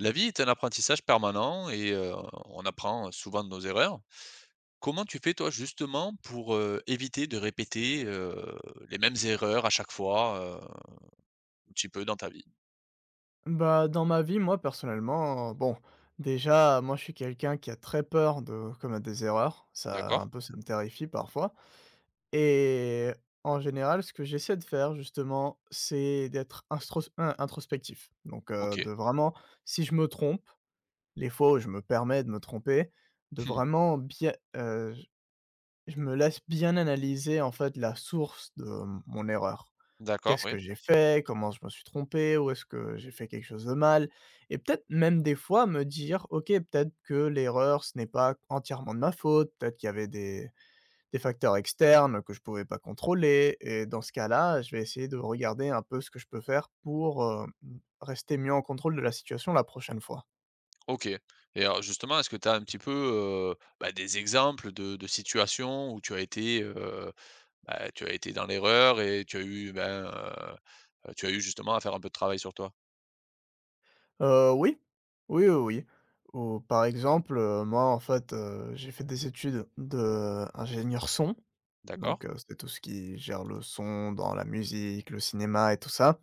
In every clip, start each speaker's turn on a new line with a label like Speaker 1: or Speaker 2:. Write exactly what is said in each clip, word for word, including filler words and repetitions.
Speaker 1: La vie est un apprentissage permanent et heu, on apprend souvent de nos erreurs. Comment tu fais toi justement pour, heu, éviter de répéter, heu, les mêmes erreurs à chaque fois, heu, un petit peu dans ta vie?
Speaker 2: Bah, dans ma vie, moi, personnellement, euh, bon, déjà, moi, je suis quelqu'un qui a très peur de commettre des erreurs. Ça,
Speaker 1: D'accord.
Speaker 2: un peu, ça me terrifie parfois. Et en général, ce que j'essaie de faire, justement, c'est d'être instros- in- introspectif. Donc, euh,
Speaker 1: OK.
Speaker 2: de vraiment, si je me trompe, les fois où je me permets de me tromper, de
Speaker 1: Mmh.
Speaker 2: vraiment bien, euh, je je me laisse bien analyser, en fait, la source de mon erreur.
Speaker 1: D'accord,
Speaker 2: Qu'est-ce
Speaker 1: oui.
Speaker 2: que j'ai fait? Comment je me suis trompé? Où est-ce que j'ai fait quelque chose de mal? Et peut-être même des fois me dire: «OK, peut-être que l'erreur, ce n'est pas entièrement de ma faute, peut-être qu'il y avait des des facteurs externes que je ne pouvais pas contrôler», et dans ce cas-là, je vais essayer de regarder un peu ce que je peux faire pour, heu, mmh, rester mieux en contrôle de la situation la prochaine fois.
Speaker 1: OK, et alors justement, est-ce que tu as un petit peu, heu, bah, des exemples de de situations où tu as été, heu, bah, tu as été dans l'erreur et tu as eu, ben, heu heu, tu as eu justement à faire un peu de travail sur toi?
Speaker 2: Heu, oui. Oui, oui, oui. Ou par exemple, heu, moi en fait, heu, j'ai fait des études d'ingénieur son.
Speaker 1: D'accord,
Speaker 2: Donc, heu, c'est tout ce qui gère le son dans la musique, le cinéma et tout ça,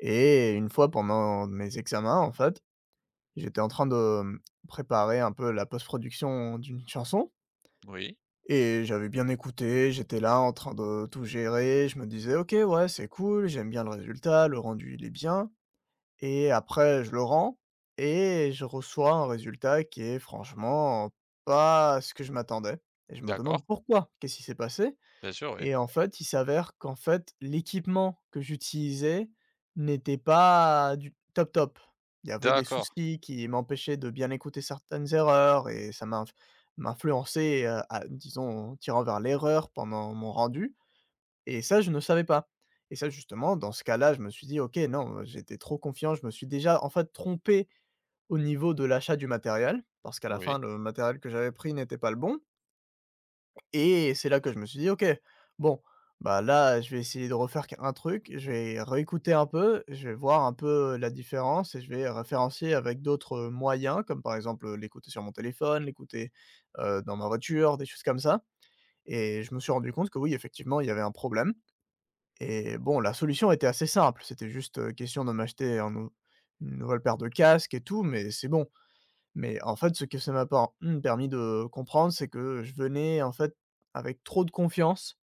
Speaker 2: et une fois pendant mes examens, en fait, j'étais en train de, mmh, préparer un peu la post-production d'une chanson
Speaker 1: oui.
Speaker 2: et j'avais bien écouté, j'étais là en train de tout gérer, je me disais: «OK, ouais, c'est cool, j'aime bien le résultat, le rendu, il est bien», et après je le rends et je reçois un résultat qui est franchement pas ce que je m'attendais et je me demande
Speaker 1: D'accord,
Speaker 2: pourquoi? Qu'est-ce qui s'est passé?
Speaker 1: bien sûr, oui.
Speaker 2: Et en fait, il s'avère qu'en fait, l'équipement que j'utilisais n'était pas du top top. Il y avait des
Speaker 1: D'accord,
Speaker 2: soucis qui m'empêchaient de bien écouter certaines erreurs et ça m'a m'influençait, heu, à disons, tirant vers l'erreur pendant mon rendu et ça, je ne savais pas. Et ça, justement, dans ce cas-là, je me suis dit: «OK, non, j'étais trop confiant». Je me suis déjà, en fait, trompé au niveau de l'achat du matériel parce qu'à la fin,
Speaker 1: oui.
Speaker 2: le matériel que j'avais pris n'était pas le bon. Et c'est là que je me suis dit: «OK, bon, bah, là, je vais essayer de refaire qu un truc, je vais réécouter un peu, je vais voir un peu la différence et je vais référencier avec d'autres, moyens», comme par exemple, l'écouter sur mon téléphone, l'écouter, heu, dans ma voiture, des choses comme ça, et je me suis rendu compte que oui, effectivement, il y avait un problème et bon, la solution était assez simple, c'était juste, heu, question de m'acheter un nou une nouvelle paire de casques et tout, mais c'est bon. Mais en fait, ce que ça m'a par mmh, permis de comprendre, c'est que je venais en fait avec trop de confiance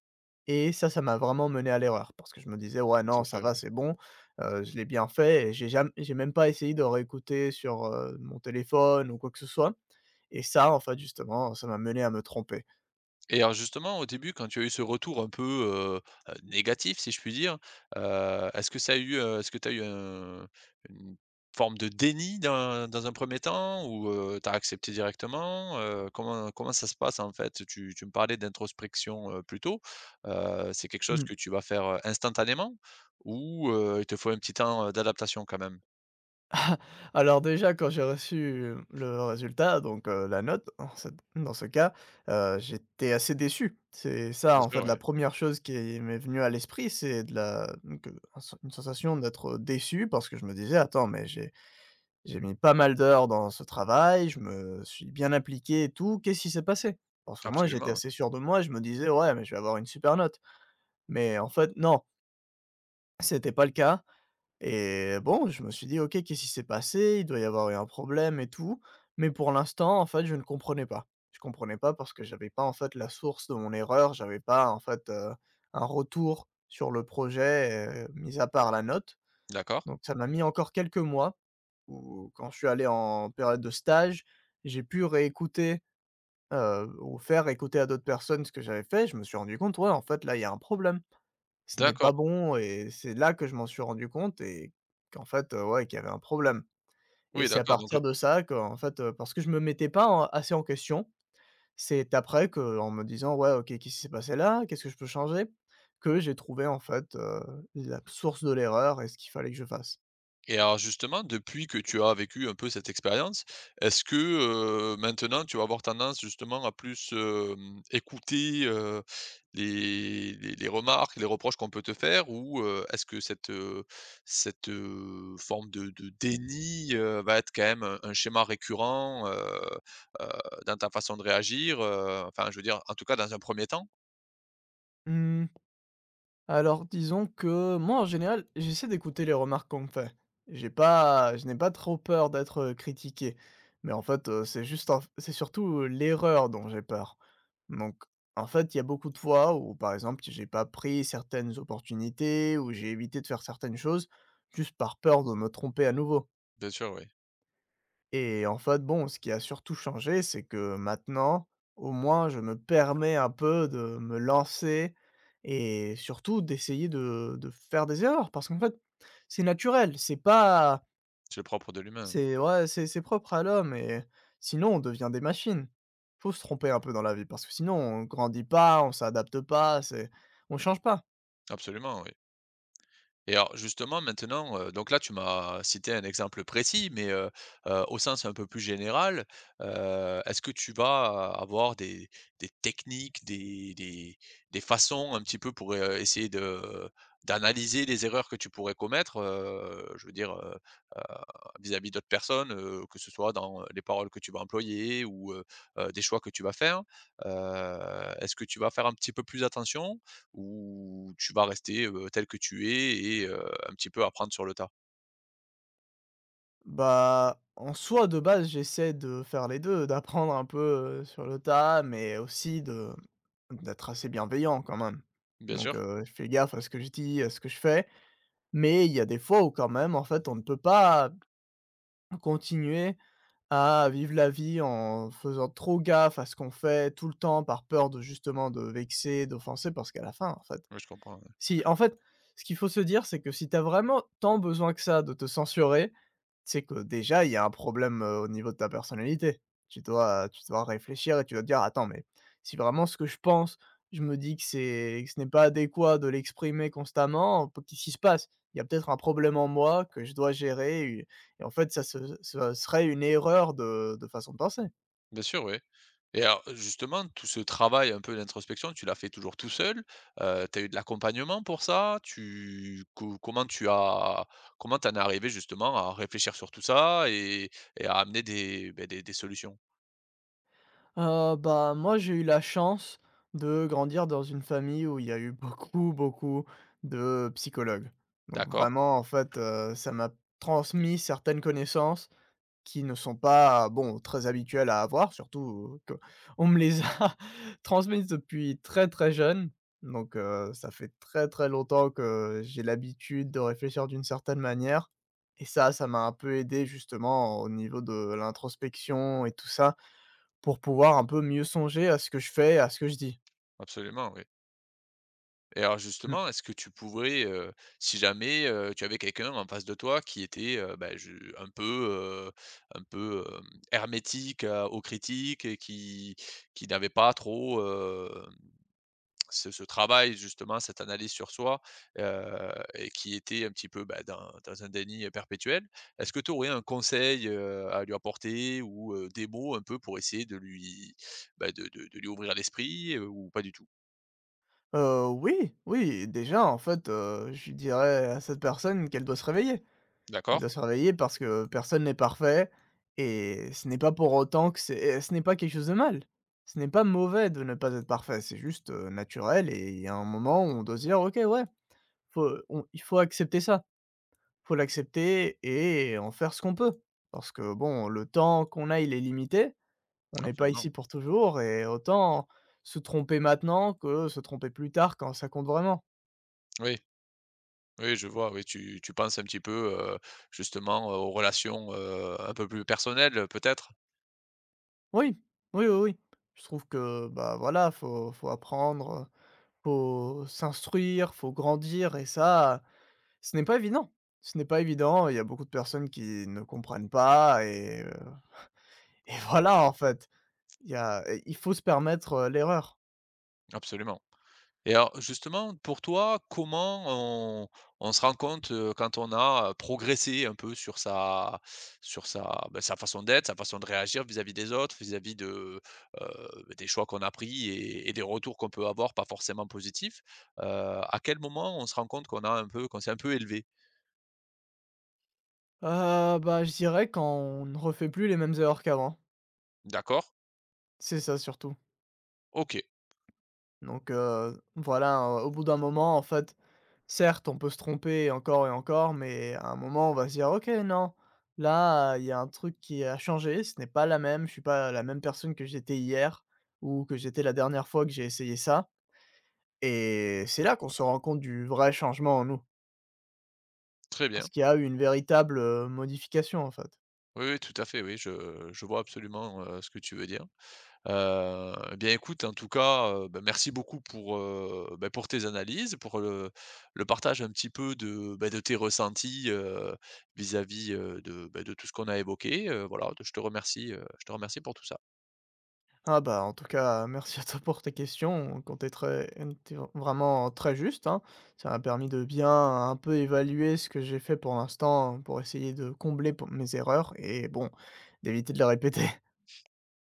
Speaker 2: et ça, ça m'a vraiment mené à l'erreur. Parce que je me disais: «Ouais,
Speaker 1: Tout
Speaker 2: non,
Speaker 1: à
Speaker 2: ça
Speaker 1: fait,
Speaker 2: va,
Speaker 1: oui.
Speaker 2: c'est bon, heu, je l'ai bien fait», et j'ai jamais, j'ai même pas essayé de réécouter sur, heu, mon téléphone ou quoi que ce soit, et ça, en fait, justement, ça m'a mené à me tromper.
Speaker 1: Et alors justement, au début, quand tu as eu ce retour un peu, heu heu, négatif, si je puis dire, heu, est-ce que ça a eu, heu, est-ce que tu as eu un une forme de déni dans dans un premier temps ou, heu, tu as accepté directement? Heu, comment comment ça se passe en fait? Tu tu me parlais d'introspection, heu, plus tôt, heu, c'est quelque chose que tu vas faire, heu, instantanément ou, heu, il te faut un petit temps, heu, d'adaptation quand même?
Speaker 2: Ah, alors déjà, quand j'ai reçu euh, le résultat, donc heu, la note, en cet dans ce cas, heu, j'étais assez déçu. C'est ça,
Speaker 1: Bien
Speaker 2: en fait,
Speaker 1: sûr, oui.
Speaker 2: la première chose qui m'est venue à l'esprit, c'est de la donc heu, un sen une sensation d'être déçu parce que je me disais: «Attends, mais j'ai j'ai mis pas mal d'heures dans ce travail, je me suis bien appliqué et tout, qu'est-ce qui s'est passé?» parce que moi, j'étais
Speaker 1: Absolument, oui.
Speaker 2: assez sûr de moi, je me disais: «Ouais, mais je vais avoir une super note». Mais en fait, non, c'était pas le cas. Et bon, je me suis dit: «OK, qu'est-ce qui s'est passé? Il doit y avoir eu un problème et tout». Mais pour l'instant, en fait, je ne comprenais pas. Je comprenais pas parce que j'avais pas, en fait, la source de mon erreur, j'avais pas, en fait, heu, un retour sur le projet, heu, mis à part la note.
Speaker 1: D'accord.
Speaker 2: Donc ça m'a mis encore quelques mois où quand je suis allé en période de stage, j'ai pu réécouter, heu, ou faire écouter à d'autres personnes ce que j'avais fait. Je me suis rendu compte: «Ouais, en fait, là, il y a un problème». Ce n'est pas
Speaker 1: D'accord.
Speaker 2: bon et c'est là que je m'en suis rendu compte et qu'en fait, heu, ouais, qu'il y avait un problème et
Speaker 1: Oui,
Speaker 2: c'est à
Speaker 1: d'accord,
Speaker 2: partir
Speaker 1: donc.
Speaker 2: de ça qu'en fait, heu, parce que je me mettais pas en assez en question, c'est après qu'en me disant: «Ouais, OK, qu'est-ce qui s'est passé là? Qu'est-ce que je peux changer?» que j'ai trouvé en fait, heu, la source de l'erreur et ce qu'il fallait que je fasse.
Speaker 1: Et alors justement, depuis que tu as vécu un peu cette expérience, est-ce que, heu, maintenant tu vas avoir tendance justement à plus, hem, écouter, heu, les les les remarques, les reproches qu'on peut te faire? Ou, heu, est-ce que cette, heu cette, heu, forme de de déni, heu, va être quand même un un schéma récurrent, heu heu, dans ta façon de réagir? Heu, enfin je veux dire, en tout cas dans un premier temps?
Speaker 2: Mmh. Alors disons que moi en général, j'essaie d'écouter les remarques qu'on me fait. J'ai pas je n'ai pas trop peur d'être, heu, critiqué. Mais en fait, heu, c'est juste en c'est surtout, heu, l'erreur dont j'ai peur. Donc en fait, il y a beaucoup de fois où par exemple, j'ai pas pris certaines opportunités, ou j'ai évité de faire certaines choses, juste par peur de me tromper à nouveau.
Speaker 1: Bien sûr, oui,
Speaker 2: Et en fait, bon, ce qui a surtout changé, c'est que maintenant, au moins, je me permets un peu de me lancer et surtout d'essayer de de faire des erreurs parce qu'en fait, c'est naturel, c'est pas,
Speaker 1: c'est le propre de l'humain, oui.
Speaker 2: c'est ouais, c'est c'est propre à l'homme et sinon on devient des machines. Faut se tromper un peu dans la vie parce que sinon on grandit pas, on s'adapte pas, c'est on change pas.
Speaker 1: Absolument, oui. Et alors justement maintenant, heu, donc là tu m'as cité un exemple précis, mais, heu heu, au sens un peu plus général, heu, est-ce que tu vas avoir des des techniques, des des des façons un petit peu pour, heu, essayer de d'analyser les erreurs que tu pourrais commettre, heu, je veux dire, heu heu, vis-à-vis d'autres personnes, heu, que ce soit dans les paroles que tu vas employer ou, heu heu, des choix que tu vas faire? Heu, est-ce que tu vas faire un petit peu plus attention? Ou tu vas rester, heu, tel que tu es et heu, un petit peu apprendre sur le tas?
Speaker 2: Bah, en soi, de base, j'essaie de faire les deux, d'apprendre un peu, heu, sur le tas, mais aussi de d'être assez bienveillant quand même.
Speaker 1: Bien
Speaker 2: Donc
Speaker 1: sûr,
Speaker 2: heu, je fais gaffe à ce que je dis, à ce que je fais, mais il y a des fois où quand même, en fait, on ne peut pas continuer à vivre la vie en faisant trop gaffe à ce qu'on fait tout le temps par peur de justement de vexer, d'offenser parce qu'à la fin, en fait,
Speaker 1: oui, je comprends, ouais.
Speaker 2: si en fait, ce qu'il faut se dire, c'est que si t'as vraiment tant besoin que ça de te censurer, tu sais que déjà, il y a un problème, heu, au niveau de ta personnalité. Tu dois tu dois réfléchir et tu dois te dire: «Attends, mais si vraiment ce que je pense, je me dis que c'est que ce n'est pas adéquat de l'exprimer constamment, p qu'est-ce qui se passe? Il y a peut-être un problème en moi que je dois gérer», et et en fait, ça ce ce serait une erreur de de façon de penser.
Speaker 1: Bien sûr, oui, et alors, justement, tout ce travail un peu d'introspection, tu l'as fait toujours tout seul? Heu, tu as eu de l'accompagnement pour ça? Tu co Comment tu as comment t'en es arrivé, justement, à réfléchir sur tout ça et et à amener des, beh, des des solutions?
Speaker 2: Heu, bah, moi, j'ai eu la chance de grandir dans une famille où il y a eu beaucoup, beaucoup de psychologues. Donc
Speaker 1: D'accord,
Speaker 2: vraiment, en fait, heu, ça m'a transmis certaines connaissances qui ne sont pas, bon, très habituels à avoir, surtout euh, que on me les a transmises depuis très, très jeune. Donc heu, ça fait très, très longtemps que j'ai l'habitude de réfléchir d'une certaine manière et ça, ça m'a un peu aidé justement au niveau de l'introspection et tout ça, pour pouvoir un peu mieux songer à ce que je fais, à ce que je dis.
Speaker 1: absolument, oui. Et alors
Speaker 2: Mmh.
Speaker 1: justement, est-ce que tu pourrais, heu, si jamais, heu, tu avais quelqu'un en face de toi qui était, heu, bah, je un peu, heu, un peu, hem, hermétique à aux critiques et qui qui n'avait pas trop, heu, ce ce travail justement, cette analyse sur soi, heu et qui était un petit peu, bah, dans dans un déni, perpétuel. Est-ce que tu aurais un conseil, heu, à lui apporter ou, heu, des mots un peu pour essayer de lui, bah, de de de lui ouvrir l'esprit, heu, ou pas du tout?
Speaker 2: Heu, oui, oui, déjà en fait, heu, je dirais à cette personne qu'elle doit se réveiller. Elle
Speaker 1: D'accord?
Speaker 2: doit se réveiller parce que personne n'est parfait et ce n'est pas pour autant que c'est ce n'est pas quelque chose de mal. Ce n'est pas mauvais de ne pas être parfait, c'est juste, heu, naturel, et il y a un moment où on doit se dire: «OK, ouais, faut, on il faut accepter ça, faut l'accepter et en faire ce qu'on peut». Parce que bon, le temps qu'on a, il est limité, on n'est pas
Speaker 1: Absolument.
Speaker 2: ici pour toujours et autant se tromper maintenant que se tromper plus tard quand ça compte vraiment.
Speaker 1: Oui. Oui, je vois, oui, tu tu penses un petit peu, heu, justement, heu, aux relations, heu, un peu plus personnelles, peut-être?
Speaker 2: Oui, oui, oui, oui. Je trouve que, bah, voilà, faut faut apprendre, faut s'instruire, faut grandir et ça, ce n'est pas évident. Ce n'est pas évident, il y a beaucoup de personnes qui ne comprennent pas et heu et voilà, en fait. Il y a et il faut se permettre, heu, l'erreur.
Speaker 1: Absolument. Et alors, justement, pour toi, comment on on se rend compte, heu, quand on a, progressé un peu sur sa sur sa, bah, sa façon d'être, sa façon de réagir vis-à-vis des autres, vis-à-vis de, heu, bah, des choix qu'on a pris et et des retours qu'on peut avoir pas forcément positifs, heu, à quel moment on se rend compte qu'on a un peu qu'on s'est un peu élevé?
Speaker 2: Heu, bah, je dirais quand on ne refait plus les mêmes erreurs qu'avant.
Speaker 1: D'accord,
Speaker 2: C'est ça surtout.
Speaker 1: OK,
Speaker 2: Donc heu, voilà, heu, au bout d'un moment, en fait, certes, on peut se tromper encore et encore, mais à un moment, on va se dire: «OK, non, là, il y a un truc qui a changé, ce n'est pas la même, je suis pas la même personne que j'étais hier ou que j'étais la dernière fois que j'ai essayé ça», et c'est là qu'on se rend compte du vrai changement en nous,
Speaker 1: très bien.
Speaker 2: parce qu'il y a eu une véritable, heu, modification, en fait.
Speaker 1: Oui, oui, tout à fait, oui, je je vois absolument, heu, ce que tu veux dire. Heu, eh bien, écoute, en tout cas, heu, bah, merci beaucoup pour, heu, bah, pour tes analyses, pour le le partage un petit peu de, bah, de tes ressentis, heu, vis-à-vis, heu, de, bah, de tout ce qu'on a évoqué, heu, voilà, je te remercie, heu, je te remercie pour tout ça.
Speaker 2: Ah bah, en tout cas, merci à toi pour tes questions, quand tu es très tu vraiment très juste, hein. Ça m'a permis de bien un peu évaluer ce que j'ai fait pour l'instant, pour essayer de combler pour mes erreurs et bon, d'éviter de les répéter.